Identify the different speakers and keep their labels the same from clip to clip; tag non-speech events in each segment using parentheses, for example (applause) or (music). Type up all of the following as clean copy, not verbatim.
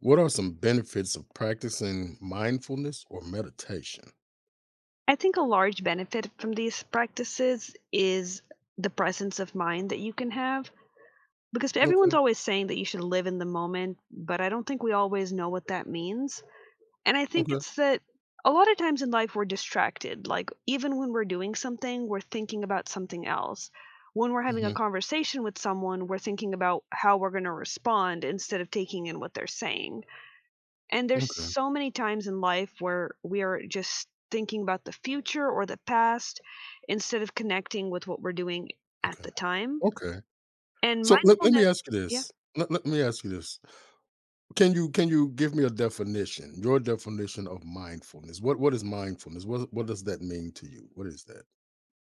Speaker 1: What are some benefits of practicing mindfulness or meditation?
Speaker 2: I think a large benefit from these practices is the presence of mind that you can have because everyone's
Speaker 1: Okay.
Speaker 2: always saying that you should live in the moment, but I don't think we always know what that means. And I think
Speaker 1: Okay.
Speaker 2: it's that a lot of times in life we're distracted. Like, even when we're doing something, we're thinking about something else. When we're having a
Speaker 1: Mhm.
Speaker 2: conversation with someone, we're thinking about how we're going to respond instead of taking in what they're saying. And there's
Speaker 1: Okay.
Speaker 2: so many times in life where we are just thinking about the future or the past instead of connecting with what we're doing at
Speaker 1: Okay.
Speaker 2: the time.
Speaker 1: Okay.
Speaker 2: And
Speaker 1: So let me
Speaker 2: mindfulness
Speaker 1: ask you
Speaker 2: Yeah.
Speaker 1: this. Let me ask you this. Can you give me a definition? Your definition of mindfulness. What is mindfulness? What does that mean to you? What is that?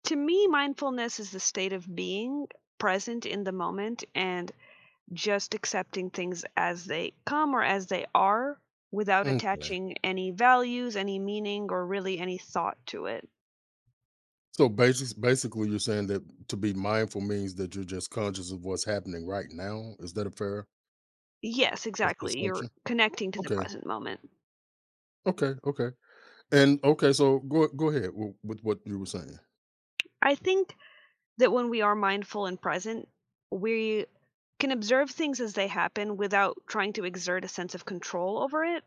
Speaker 2: To me, mindfulness is the state of being present in the moment and just accepting things as they come or as they are without
Speaker 1: Okay.
Speaker 2: attaching any values, any meaning, or really any thought to it.
Speaker 1: So basically you're saying that to be mindful means that you're just conscious of what's happening right now. Is that a fair
Speaker 2: Yes, exactly. You're
Speaker 1: assumption?
Speaker 2: connecting to the
Speaker 1: Okay.
Speaker 2: present moment.
Speaker 1: Okay. Okay. And okay, so go ahead with what you were saying.
Speaker 2: I think that when we are mindful and present, we can observe things as they happen without trying to exert a sense of control over it.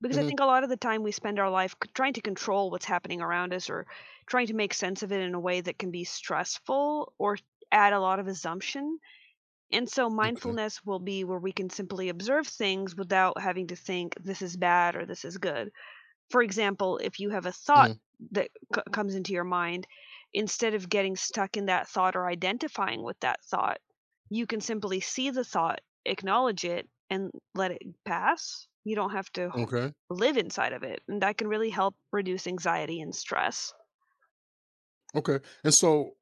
Speaker 2: Because I
Speaker 1: Mhm.
Speaker 2: think a lot of the time we spend our life trying to control what's happening around us or trying to make sense of it in a way that can be stressful or add a lot of assumption. And so
Speaker 1: Okay.
Speaker 2: mindfulness will be where we can simply observe things without having to think this is bad or this is good. For example, if you have a thought
Speaker 1: Mhm.
Speaker 2: that comes into your mind, instead of getting stuck in that thought or identifying with that thought, you can simply see the thought, acknowledge it, and let it pass. You don't have to
Speaker 1: Okay.
Speaker 2: live inside of it. And that can really help reduce anxiety and stress.
Speaker 1: Okay. And so,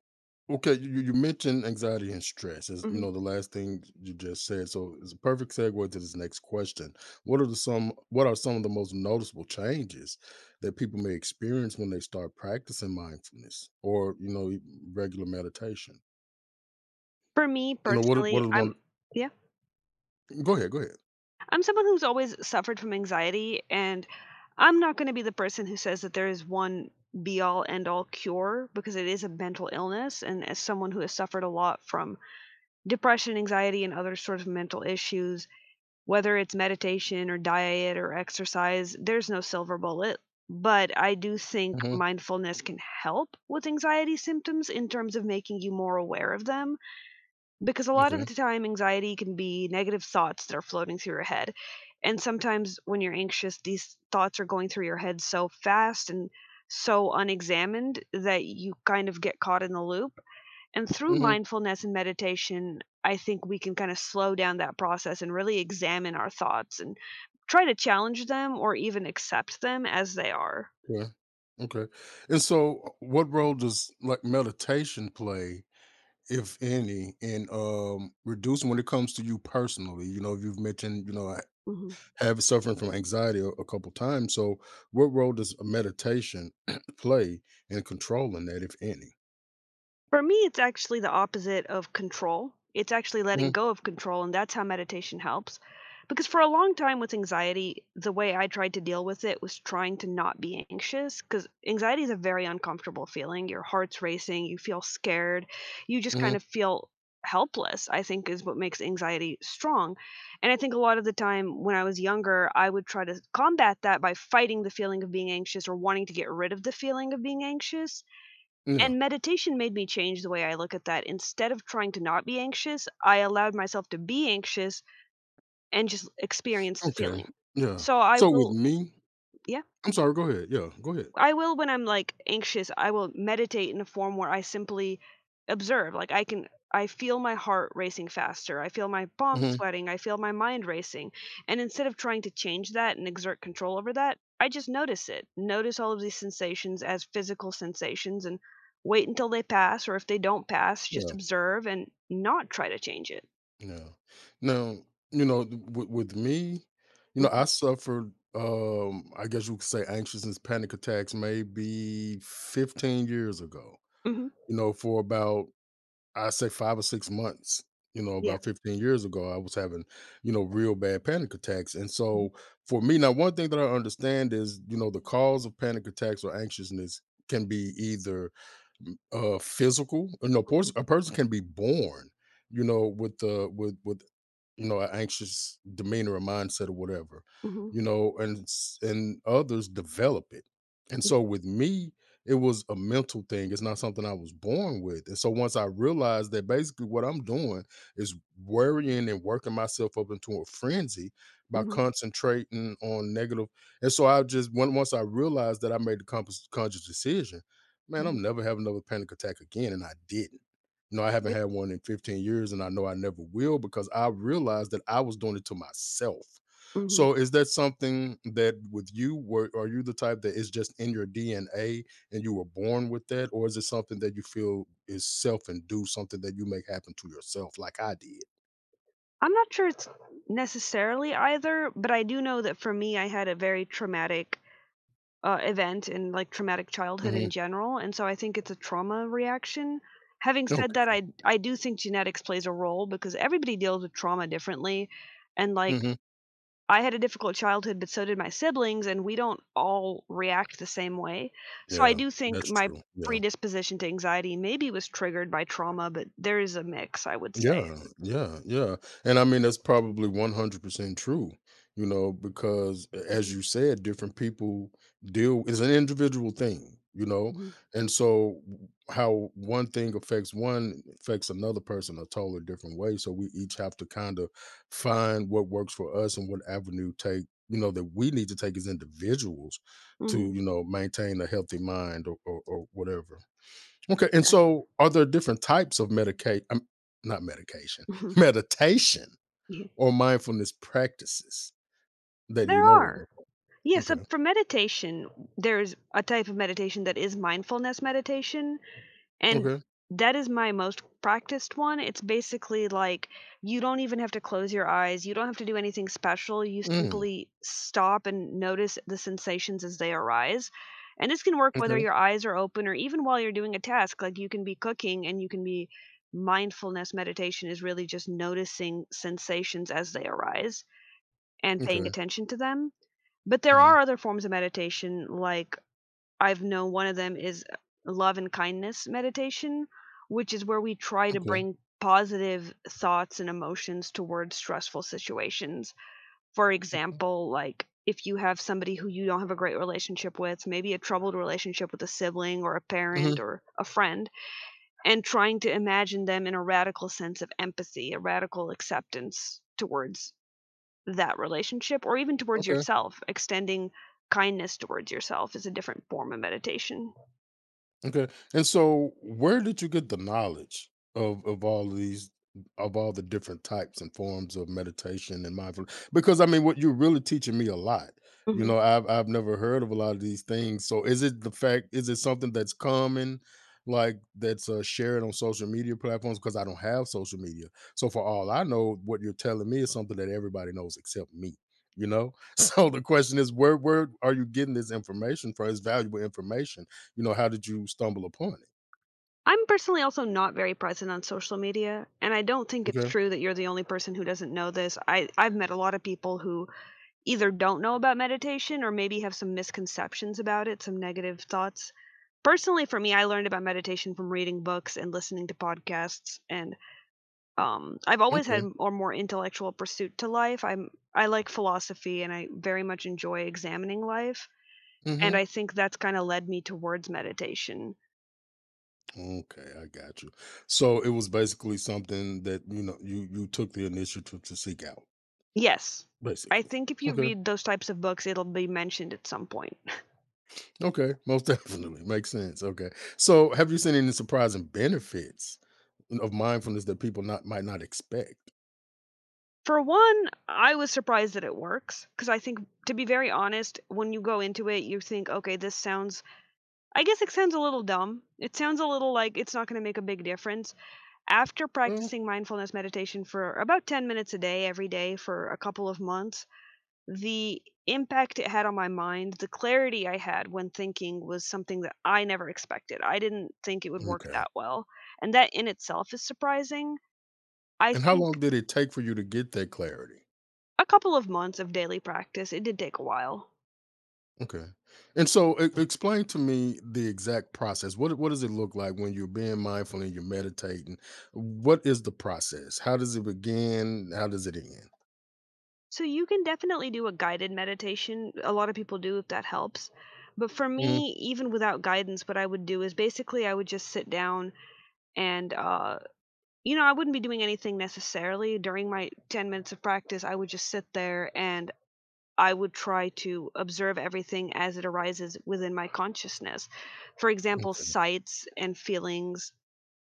Speaker 1: okay, you mentioned anxiety and stress as
Speaker 2: Mhm.
Speaker 1: the last thing you just said. So it's a perfect segue to this next question. What are some of the most noticeable changes that people may experience when they start practicing mindfulness or regular meditation?
Speaker 2: For me
Speaker 1: You know what?
Speaker 2: personally,
Speaker 1: What are the one?
Speaker 2: yeah.
Speaker 1: Go ahead. Go ahead.
Speaker 2: I'm someone who's always suffered from anxiety, and I'm not going to be the person who says that there is one be all end all cure because it is a mental illness. And as someone who has suffered a lot from depression, anxiety, and other sorts of mental issues, whether it's meditation or diet or exercise, there's no silver bullet. But I do think
Speaker 1: hmm
Speaker 2: mindfulness can help with anxiety symptoms in terms of making you more aware of them because a lot of
Speaker 1: Okay.
Speaker 2: the time anxiety can be negative thoughts that are floating through your head, and sometimes when you're anxious these thoughts are going through your head so fast and so unexamined that you kind of get caught in the loop, and through
Speaker 1: hmm
Speaker 2: mindfulness and meditation I think we can kind of slow down that process and really examine our thoughts and try to challenge them or even accept them as they are.
Speaker 1: Okay. And so what role does like meditation play, if any, in reducing when it comes to you personally? You know, you've mentioned, I
Speaker 2: Mhm.
Speaker 1: have suffering from anxiety a couple times. So what role does a meditation (clears throat) play in controlling that, if any?
Speaker 2: For me, it's actually the opposite of control. It's actually letting go of control, and that's how meditation helps. Because for a long time with anxiety, the way I tried to deal with it was trying to not be anxious. Because anxiety is a very uncomfortable feeling. Your heart's racing, you feel scared, you just kind
Speaker 1: Mm-hmm.
Speaker 2: of feel helpless, I think, is what makes anxiety strong. And I think a lot of the time when I was younger, I would try to combat that by fighting the feeling of being anxious or wanting to get rid of the feeling of being anxious,
Speaker 1: Yeah.
Speaker 2: and meditation made me change the way I look at that. Instead of trying to not be anxious, I allowed myself to be anxious and just experience the
Speaker 1: Okay.
Speaker 2: feeling.
Speaker 1: Yeah.
Speaker 2: So I
Speaker 1: So with
Speaker 2: will
Speaker 1: me,
Speaker 2: Yeah.
Speaker 1: I'm sorry, go ahead. Yeah, go ahead.
Speaker 2: I will When I'm, like, anxious, I will meditate in a form where I simply observe, like, I feel my heart racing faster, I feel my palms
Speaker 1: hmm
Speaker 2: sweating, I feel my mind racing, and instead of trying to change that and exert control over that, I just notice it. Notice all of these sensations as physical sensations and wait until they pass, or if they don't pass, just
Speaker 1: Yeah.
Speaker 2: observe and not try to change it.
Speaker 1: Yeah. Now, you know, with me, you know,
Speaker 2: Mhm,
Speaker 1: I suffered, I guess you could say anxiousness, panic attacks maybe 15 years ago,
Speaker 2: mhm,
Speaker 1: you know, for about, I say 5 or 6 months, you know,
Speaker 2: yeah.
Speaker 1: about 15 years ago, I was having, you know, real bad panic attacks. And
Speaker 2: Mhm,
Speaker 1: so for me, now, one thing that I understand is, you know, the cause of panic attacks or anxiousness can be either physical, or no,
Speaker 2: mhm,
Speaker 1: a person can be born you know with the with you know, an anxious demeanor or mindset or whatever,
Speaker 2: mhm,
Speaker 1: you know, and and others develop it. And
Speaker 2: yeah,
Speaker 1: so with me, it was a mental thing. It's not something I was born with. And so once I realized that basically what I'm doing is worrying and working myself up into a frenzy by
Speaker 2: mhm,
Speaker 1: concentrating on negative. And so once I realized that, I made the conscious decision, man,
Speaker 2: mhm,
Speaker 1: I'm never having another panic attack again. And I didn't. No, I haven't
Speaker 2: right,
Speaker 1: had one in 15 years, and I know I never will because I realized that I was doing it to myself.
Speaker 2: mhm.
Speaker 1: So, is that something that with you, were, are you the type that is just in your DNA and you were born with that, or is it something that you feel is self-induced, something that you make happen to yourself, like I did?
Speaker 2: I'm not sure it's necessarily either, but I do know that for me, I had a very traumatic event and like traumatic childhood
Speaker 1: hmm
Speaker 2: in general, and so I think it's a trauma reaction. Having said that,
Speaker 1: Okay.
Speaker 2: I do think genetics plays a role because everybody deals with trauma differently, and like
Speaker 1: hmm
Speaker 2: I had a difficult childhood, but so did my siblings, and we don't all react the same way. So I
Speaker 1: Yeah,
Speaker 2: do think
Speaker 1: that's
Speaker 2: my
Speaker 1: true. Yeah.
Speaker 2: predisposition to anxiety maybe was triggered by trauma, but there is a mix, I would say.
Speaker 1: Yeah, yeah, yeah. And I mean, that's probably 100% true, you know, because as
Speaker 2: Hmm,
Speaker 1: you said, different people deal is an individual thing, you know. And so how one thing affects one affects another person a totally different way. So we each have to kind of find what works for us and what avenue take, you know, that we need to take as individuals to,
Speaker 2: hmm.
Speaker 1: you know, maintain a healthy mind or whatever. Okay, and
Speaker 2: Exactly.
Speaker 1: so are there different types of medication, not medication, (laughs)
Speaker 2: (laughs)
Speaker 1: meditation
Speaker 2: Yeah.
Speaker 1: or mindfulness practices that you
Speaker 2: There
Speaker 1: know
Speaker 2: are.
Speaker 1: of?
Speaker 2: Yeah, so
Speaker 1: Okay,
Speaker 2: for meditation, there's a type of meditation that is mindfulness meditation, and
Speaker 1: okay.
Speaker 2: that is my most practiced one. It's basically like you don't even have to close your eyes, you don't have to do anything special. You
Speaker 1: Mm,
Speaker 2: simply stop and notice the sensations as they arise. And this can work whether
Speaker 1: okay,
Speaker 2: your eyes are open or even while you're doing a task. Like you can be cooking and you can be mindfulness meditation is really just noticing sensations as they arise and
Speaker 1: okay,
Speaker 2: paying attention to them. But there
Speaker 1: mhm,
Speaker 2: are other forms of meditation. Like, I've known one of them is love and kindness meditation, which is where we try to
Speaker 1: okay,
Speaker 2: bring positive thoughts and emotions towards stressful situations. For
Speaker 1: mhm,
Speaker 2: example, like if you have somebody who you don't have a great relationship with, maybe a troubled relationship with a sibling or a
Speaker 1: mhm,
Speaker 2: parent or a friend, and trying to imagine them in a radical sense of empathy, a radical acceptance towards that relationship or even towards
Speaker 1: okay.
Speaker 2: yourself, extending kindness towards yourself is a different form of meditation.
Speaker 1: Okay. And so where did you get the knowledge of all these of all the different types and forms of meditation and mindfulness? Because I mean what you're really teaching me a lot. You
Speaker 2: Mhm.
Speaker 1: know, I've never heard of a lot of these things. So is it the fact is it something that's common like that's shared on social media platforms because I don't have social media. So for all I know what you're telling me is something that everybody knows except me, you know? (laughs) So the question is where are you getting this information from? It's valuable information you know, how did you stumble upon it?
Speaker 2: I'm personally also not very present on social media, and I don't think it's
Speaker 1: Okay.
Speaker 2: true that you're the only person who doesn't know this. I've met a lot of people who either don't know about meditation or maybe have some misconceptions about it, some negative thoughts. Personally, for me, I learned about meditation from reading books and listening to podcasts and I've always had
Speaker 1: Okay.
Speaker 2: a more intellectual pursuit to life. I like philosophy and I very much enjoy examining life, and
Speaker 1: Mhm.
Speaker 2: I think that's kinda led me towards meditation.
Speaker 1: Okay, I got you. So, it was basically something that, you know, you took the initiative to seek out,
Speaker 2: Yes. I
Speaker 1: basically.
Speaker 2: think if you
Speaker 1: Okay.
Speaker 2: read those types of books, it'll be mentioned at some point.
Speaker 1: Okay. Most (laughs) definitely. Makes sense. Okay. So, have you seen any surprising benefits of mindfulness that people not might not expect?
Speaker 2: For one, I was surprised that it works because I think, to be very honest, when you go into it, you think, "Okay, this sounds," I guess it sounds a little dumb. It sounds a little like it's not gonna make a big difference. After
Speaker 1: Mm,
Speaker 2: practicing mindfulness meditation for about 10 minutes a day, every day for a couple of months, the impact it had on my mind, the clarity I had when thinking was something that I never expected. I didn't think it would work
Speaker 1: okay.
Speaker 2: that well. And that in itself is surprising. I
Speaker 1: And how
Speaker 2: think
Speaker 1: long did it take for you to get that clarity?
Speaker 2: a couple of months of daily practice, it did take a while.
Speaker 1: Okay. And so e explain to me the exact process. What does it look like when you're being mindful and you're meditating? What is the process? How does it begin? How does it end?
Speaker 2: So you can definitely do a guided meditation. A lot of people do if that helps. But for
Speaker 1: Mhm.
Speaker 2: me, even without guidance, what I would do is basically I would just sit down and you know, I wouldn't be doing anything necessarily during my 10 minutes of practice. I would just sit there and I would try to observe everything as it arises within my consciousness. For example,
Speaker 1: Okay.
Speaker 2: sights and feelings,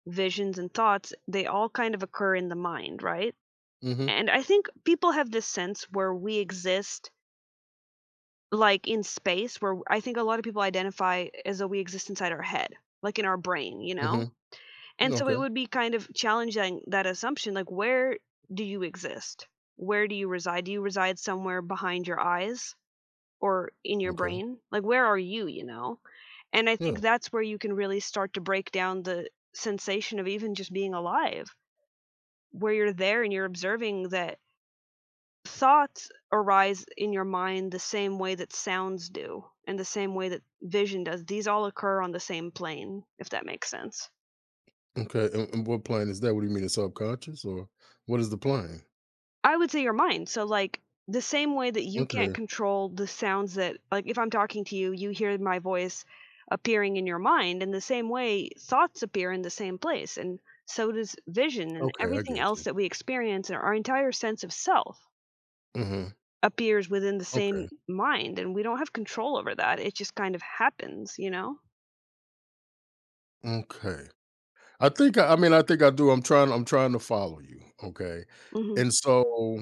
Speaker 2: visions and thoughts, they all kind of occur in the mind, right?
Speaker 1: Mhm.
Speaker 2: And I think people have this sense where we exist like in space, where I think a lot of people identify as though we exist inside our head, like in our brain, you know?
Speaker 1: Mhm.
Speaker 2: And so it
Speaker 1: Okay.
Speaker 2: would be kind of challenging that assumption, like, where do you exist? Where do you reside? Do you reside somewhere behind your eyes or in your
Speaker 1: Okay.
Speaker 2: brain? Like, where are you, you know? And I
Speaker 1: Yeah.
Speaker 2: think that's where you can really start to break down the sensation of even just being alive, where you're there and you're observing that thoughts arise in your mind the same way that sounds do and the same way that vision does. These all occur on the same plane, if that makes sense.
Speaker 1: Okay. And what plan is that? What do you mean it's subconscious or what is the plan?
Speaker 2: I would say your mind. So, like, the same way that you can't
Speaker 1: Okay.
Speaker 2: control the sounds, that, like, if I'm talking to you, you hear my voice appearing in your mind, in the same way, thoughts appear in the same place, and so does vision and
Speaker 1: Okay, I
Speaker 2: everything
Speaker 1: get
Speaker 2: else
Speaker 1: you.
Speaker 2: that we experience, and our entire sense of self
Speaker 1: Mhm.
Speaker 2: appears within the same
Speaker 1: Okay.
Speaker 2: mind, and we don't have control over that. It just kind of happens, you know?
Speaker 1: Okay. I think I mean I think I do. I'm trying to follow you, okay?
Speaker 2: Mhm.
Speaker 1: And so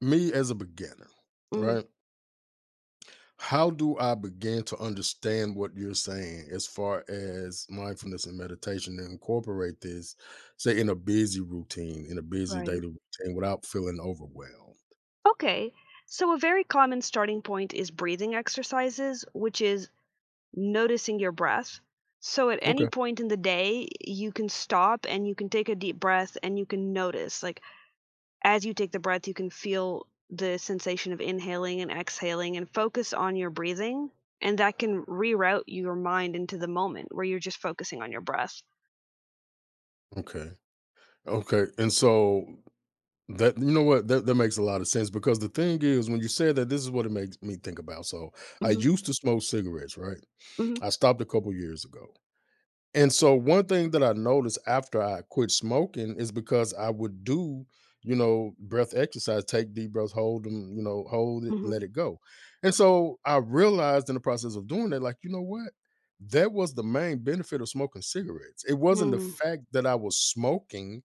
Speaker 1: me as a beginner,
Speaker 2: Mhm.
Speaker 1: right? How do I begin to understand what you're saying as far as mindfulness and meditation to incorporate this, say, in a busy routine, in a busy
Speaker 2: Right.
Speaker 1: daily routine without feeling overwhelmed?
Speaker 2: Okay. So, a very common starting point is breathing exercises, which is noticing your breath. So at any
Speaker 1: Okay.
Speaker 2: point in the day, you can stop and you can take a deep breath and you can notice, like, as you take the breath, you can feel the sensation of inhaling and exhaling and focus on your breathing. And that can reroute your mind into the moment where you're just focusing on your breath.
Speaker 1: Okay. Okay. And so that you know what that, that makes a lot of sense because the thing is when you said that this is what it makes me think about. So I
Speaker 2: Mhm,
Speaker 1: used to smoke cigarettes, right?
Speaker 2: mhm,
Speaker 1: I stopped a couple years ago. And so one thing that I noticed after I quit smoking is because I would do, you know, breath exercise, take deep breaths, hold them, you know, hold it,
Speaker 2: mhm,
Speaker 1: let it go. And so I realized in the process of doing that, like, you know what? That was the main benefit of smoking cigarettes. It wasn't the
Speaker 2: mm,
Speaker 1: fact that I was smoking,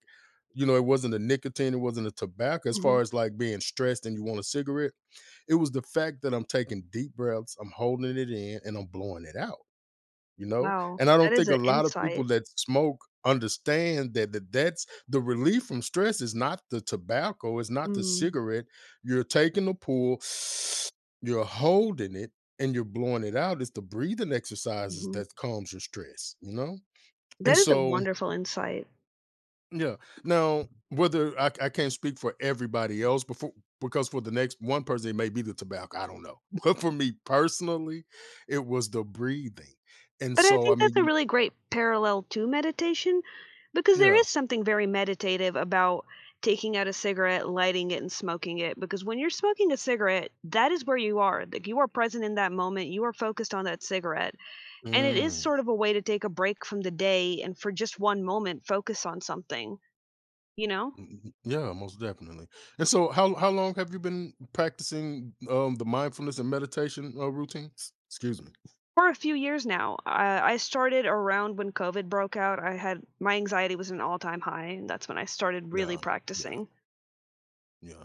Speaker 1: you know, it wasn't the nicotine, it wasn't the tobacco, as far
Speaker 2: mhm.
Speaker 1: as like being stressed and you want a cigarette. It was the fact that I'm taking deep breaths, I'm holding it in, and I'm blowing it out you know?
Speaker 2: Wow,
Speaker 1: And I
Speaker 2: that
Speaker 1: don't
Speaker 2: is
Speaker 1: think a
Speaker 2: an
Speaker 1: lot of
Speaker 2: insight.
Speaker 1: people that smoke understand that, that that's the relief from stress is not the tobacco, it's not the
Speaker 2: Mm,
Speaker 1: cigarette. You're taking a pull, (sniffs) you're holding it, and you're blowing it out. It's the breathing exercises
Speaker 2: mhm.
Speaker 1: that calms your stress, you know? And
Speaker 2: That is a
Speaker 1: so,
Speaker 2: wonderful insight.
Speaker 1: yeah. Now, whether I can't speak for everybody else before because for the next one person it may be the tobacco, I don't know, (laughs) but for me personally it was the breathing and
Speaker 2: But I
Speaker 1: so I
Speaker 2: think
Speaker 1: mean
Speaker 2: that's a really great parallel to meditation because there
Speaker 1: yeah.
Speaker 2: is something very meditative about taking out a cigarette, lighting it, and smoking it. Because when you're smoking a cigarette, that is where you are. Like, you are present in that moment, you are focused on that cigarette. And it is
Speaker 1: Mm,
Speaker 2: sort of a way to take a break from the day and for just one moment focus on something, you know?
Speaker 1: mm, mm, yeah, most definitely. And so, how long have you been practicing the mindfulness and meditation routines? Excuse me.
Speaker 2: For a few years now, I started around when COVID broke out. I had My anxiety was an all time high, and that's when I started really
Speaker 1: Yeah, yeah,
Speaker 2: practicing.
Speaker 1: yeah.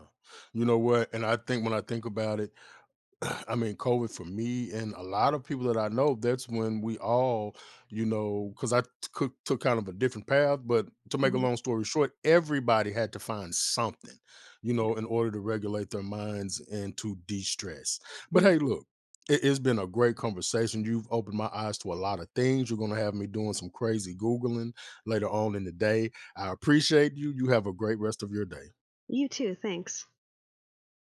Speaker 1: You know what? And I think when I think about it. I mean, COVID for me and a lot of people that I know, that's when we all, you know, because I took kind of a different path. But to make a
Speaker 2: Mhm.
Speaker 1: long story short, everybody had to find something, you know, in order to regulate their minds and to de stress.
Speaker 2: Yeah.
Speaker 1: But hey, look, it's been a great conversation. You've opened my eyes to a lot of things. You're going to have me doing some crazy Googling later on in the day. I appreciate you. You have a great rest of your day.
Speaker 2: You too. Thanks.